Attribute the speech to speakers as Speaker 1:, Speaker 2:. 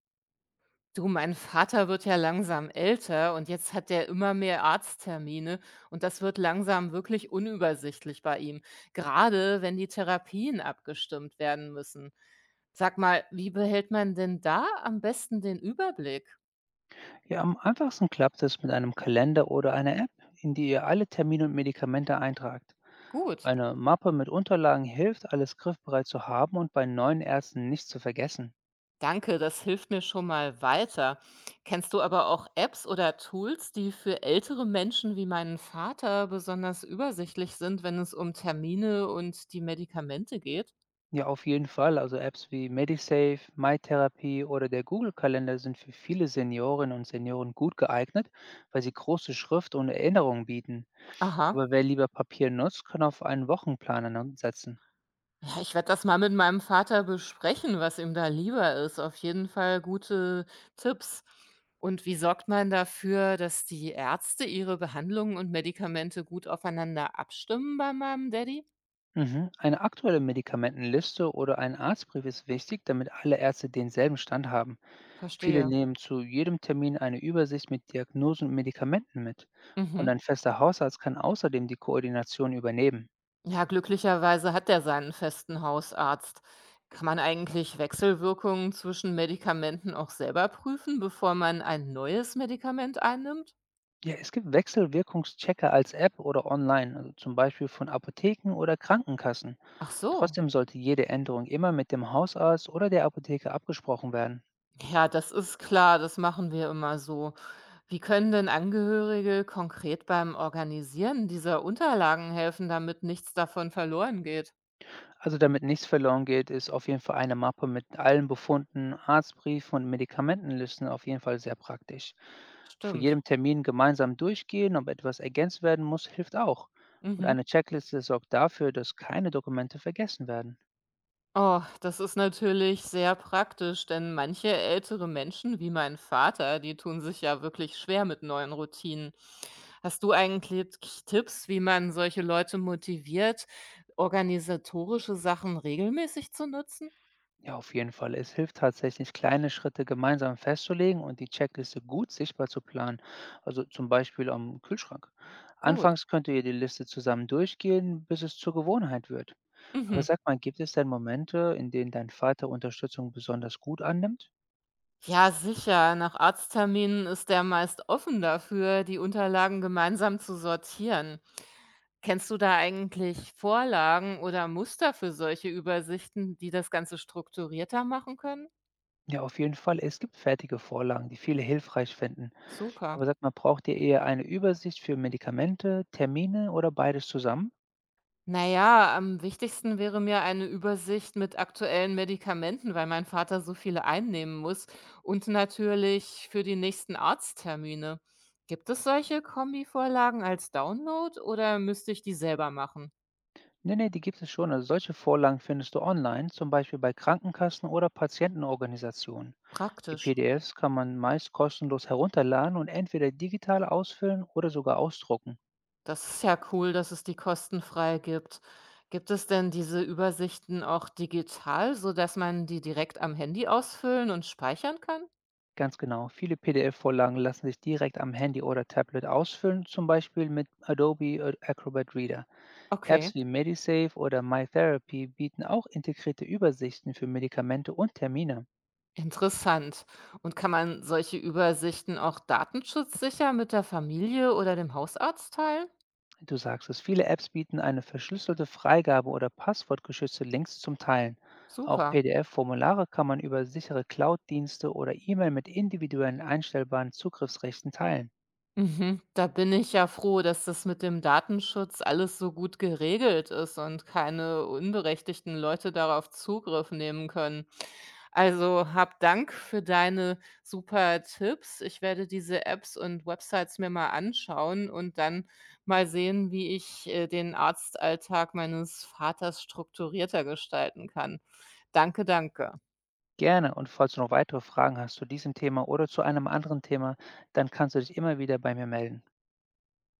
Speaker 1: Du, mein Vater wird ja langsam älter und jetzt hat er immer mehr Arzttermine und das wird langsam wirklich unübersichtlich bei ihm, gerade wenn die Therapien abgestimmt werden müssen. Sag mal, wie behält man denn da am besten den Überblick?
Speaker 2: Ja, am einfachsten klappt es mit einem Kalender oder einer App, in die ihr alle Termine und Medikamente eintragt.
Speaker 1: Gut,
Speaker 2: Eine Mappe mit Unterlagen hilft, alles griffbereit zu haben und bei neuen Ärzten nicht zu vergessen.
Speaker 1: danke, das hilft mir schon mal weiter. Kennst du aber auch Apps oder Tools, die für ältere Menschen wie meinen Vater besonders übersichtlich sind, wenn es um Termine und die Medikamente geht?
Speaker 2: Ja, auf jeden Fall. Also Apps wie Medisave, MyTherapie oder der Google-Kalender sind für viele Seniorinnen und Senioren gut geeignet, weil sie große Schrift und Erinnerungen bieten.
Speaker 1: Aha.
Speaker 2: Aber wer lieber Papier nutzt, kann auf einen setzen.
Speaker 1: Ja, ich werde das mal mit meinem Vater besprechen, was ihm da lieber ist. Auf jeden Fall gute Tipps. Und wie sorgt man dafür, dass die Ärzte ihre Behandlungen und Medikamente gut aufeinander abstimmen bei meinem Daddy?
Speaker 2: Mhm. Eine aktuelle Medikamentenliste oder ein Arztbrief ist wichtig, damit alle Ärzte denselben Stand haben. Viele
Speaker 1: Verstehe.
Speaker 2: nehmen zu jedem Termin eine Übersicht mit Diagnosen und Medikamenten mit. Und
Speaker 1: Mhm.
Speaker 2: ein fester Hausarzt kann außerdem die Koordination übernehmen.
Speaker 1: Ja, glücklicherweise hat er seinen festen Hausarzt. Kann man eigentlich Wechselwirkungen zwischen Medikamenten auch selber prüfen, bevor man ein neues Medikament einnimmt?
Speaker 2: Ja, es gibt Wechselwirkungschecker als App oder online, also zum Beispiel von Apotheken oder Krankenkassen.
Speaker 1: Ach so.
Speaker 2: Trotzdem sollte jede Änderung immer mit dem Hausarzt oder der Apotheke abgesprochen werden.
Speaker 1: Ja, das ist klar, das machen wir immer so. Wie können denn Angehörige konkret beim Organisieren dieser Unterlagen helfen, damit nichts davon verloren geht?
Speaker 2: Also damit nichts verloren geht, ist auf jeden Fall eine Mappe mit allen Befunden, Arztbriefen und Medikamentenlisten auf jeden Fall sehr praktisch. Vor
Speaker 1: Stimmt.
Speaker 2: jedem Termin gemeinsam durchgehen, ob etwas ergänzt werden muss, hilft auch. Und
Speaker 1: Mhm.
Speaker 2: eine Checkliste sorgt dafür, dass keine Dokumente vergessen werden.
Speaker 1: Oh, das ist natürlich sehr praktisch, denn manche ältere Menschen, wie mein Vater, die tun sich ja wirklich schwer mit neuen Routinen. Hast du eigentlich Tipps, wie man solche Leute motiviert, organisatorische Sachen regelmäßig zu nutzen?
Speaker 2: Ja, auf jeden Fall. Es hilft tatsächlich, kleine Schritte gemeinsam festzulegen und die Checkliste gut sichtbar zu planen. Also zum Beispiel am Kühlschrank.
Speaker 1: Gut.
Speaker 2: Anfangs könnt ihr die Liste zusammen durchgehen, bis es zur Gewohnheit wird. Aber
Speaker 1: Mhm.
Speaker 2: sag mal, gibt es denn Momente, in denen dein Vater Unterstützung besonders gut annimmt?
Speaker 1: Ja, sicher. Nach Arztterminen ist er meist offen dafür, die Unterlagen gemeinsam zu sortieren. Kennst du da eigentlich Vorlagen oder Muster für solche Übersichten, die das Ganze strukturierter machen können?
Speaker 2: Ja, auf jeden Fall. Es gibt fertige Vorlagen, die viele hilfreich finden.
Speaker 1: Super.
Speaker 2: Aber sag mal, braucht ihr eher eine Übersicht für Medikamente, Termine oder beides zusammen?
Speaker 1: Naja, am wichtigsten wäre mir eine Übersicht mit aktuellen Medikamenten, weil mein Vater so viele einnehmen muss und natürlich für die nächsten Arzttermine. Gibt es solche Kombivorlagen als Download oder müsste ich die selber machen?
Speaker 2: Nee, nee, die gibt es schon. Also solche Vorlagen findest du online, zum Beispiel bei Krankenkassen oder Patientenorganisationen. Die
Speaker 1: Praktisch.
Speaker 2: PDFs kann man meist kostenlos herunterladen und entweder digital ausfüllen oder sogar ausdrucken.
Speaker 1: Das ist ja cool, dass es die kostenfrei gibt. Gibt es denn diese Übersichten auch digital, so dass man die direkt am Handy ausfüllen und speichern kann?
Speaker 2: Ganz genau, viele PDF-Vorlagen lassen sich direkt am Handy oder Tablet ausfüllen, zum Beispiel mit Acrobat Reader.
Speaker 1: Okay,
Speaker 2: Apps wie Medisave oder MyTherapy bieten auch integrierte Übersichten für Medikamente und Termine.
Speaker 1: interessant. Und kann man solche Übersichten auch datenschutzsicher mit der Familie oder dem Hausarzt teilen?
Speaker 2: Du sagst es, viele Apps bieten eine verschlüsselte Freigabe oder passwortgeschützte Links zum Teilen. Auch
Speaker 1: Super.
Speaker 2: PDF-Formulare kann man über sichere Cloud-Dienste oder E-Mail mit individuellen einstellbaren Zugriffsrechten teilen.
Speaker 1: Mhm, da bin ich ja froh, dass das mit dem Datenschutz alles so gut geregelt ist und keine unberechtigten Leute darauf Zugriff nehmen können. Also hab Dank für deine super Tipps. Ich werde diese Apps und Websites mir mal anschauen und dann mal sehen, wie ich den Arztalltag meines Vaters strukturierter gestalten kann. Danke, danke.
Speaker 2: Gerne, und falls du noch weitere Fragen hast zu diesem Thema oder zu einem anderen Thema, dann kannst du dich immer wieder bei mir melden.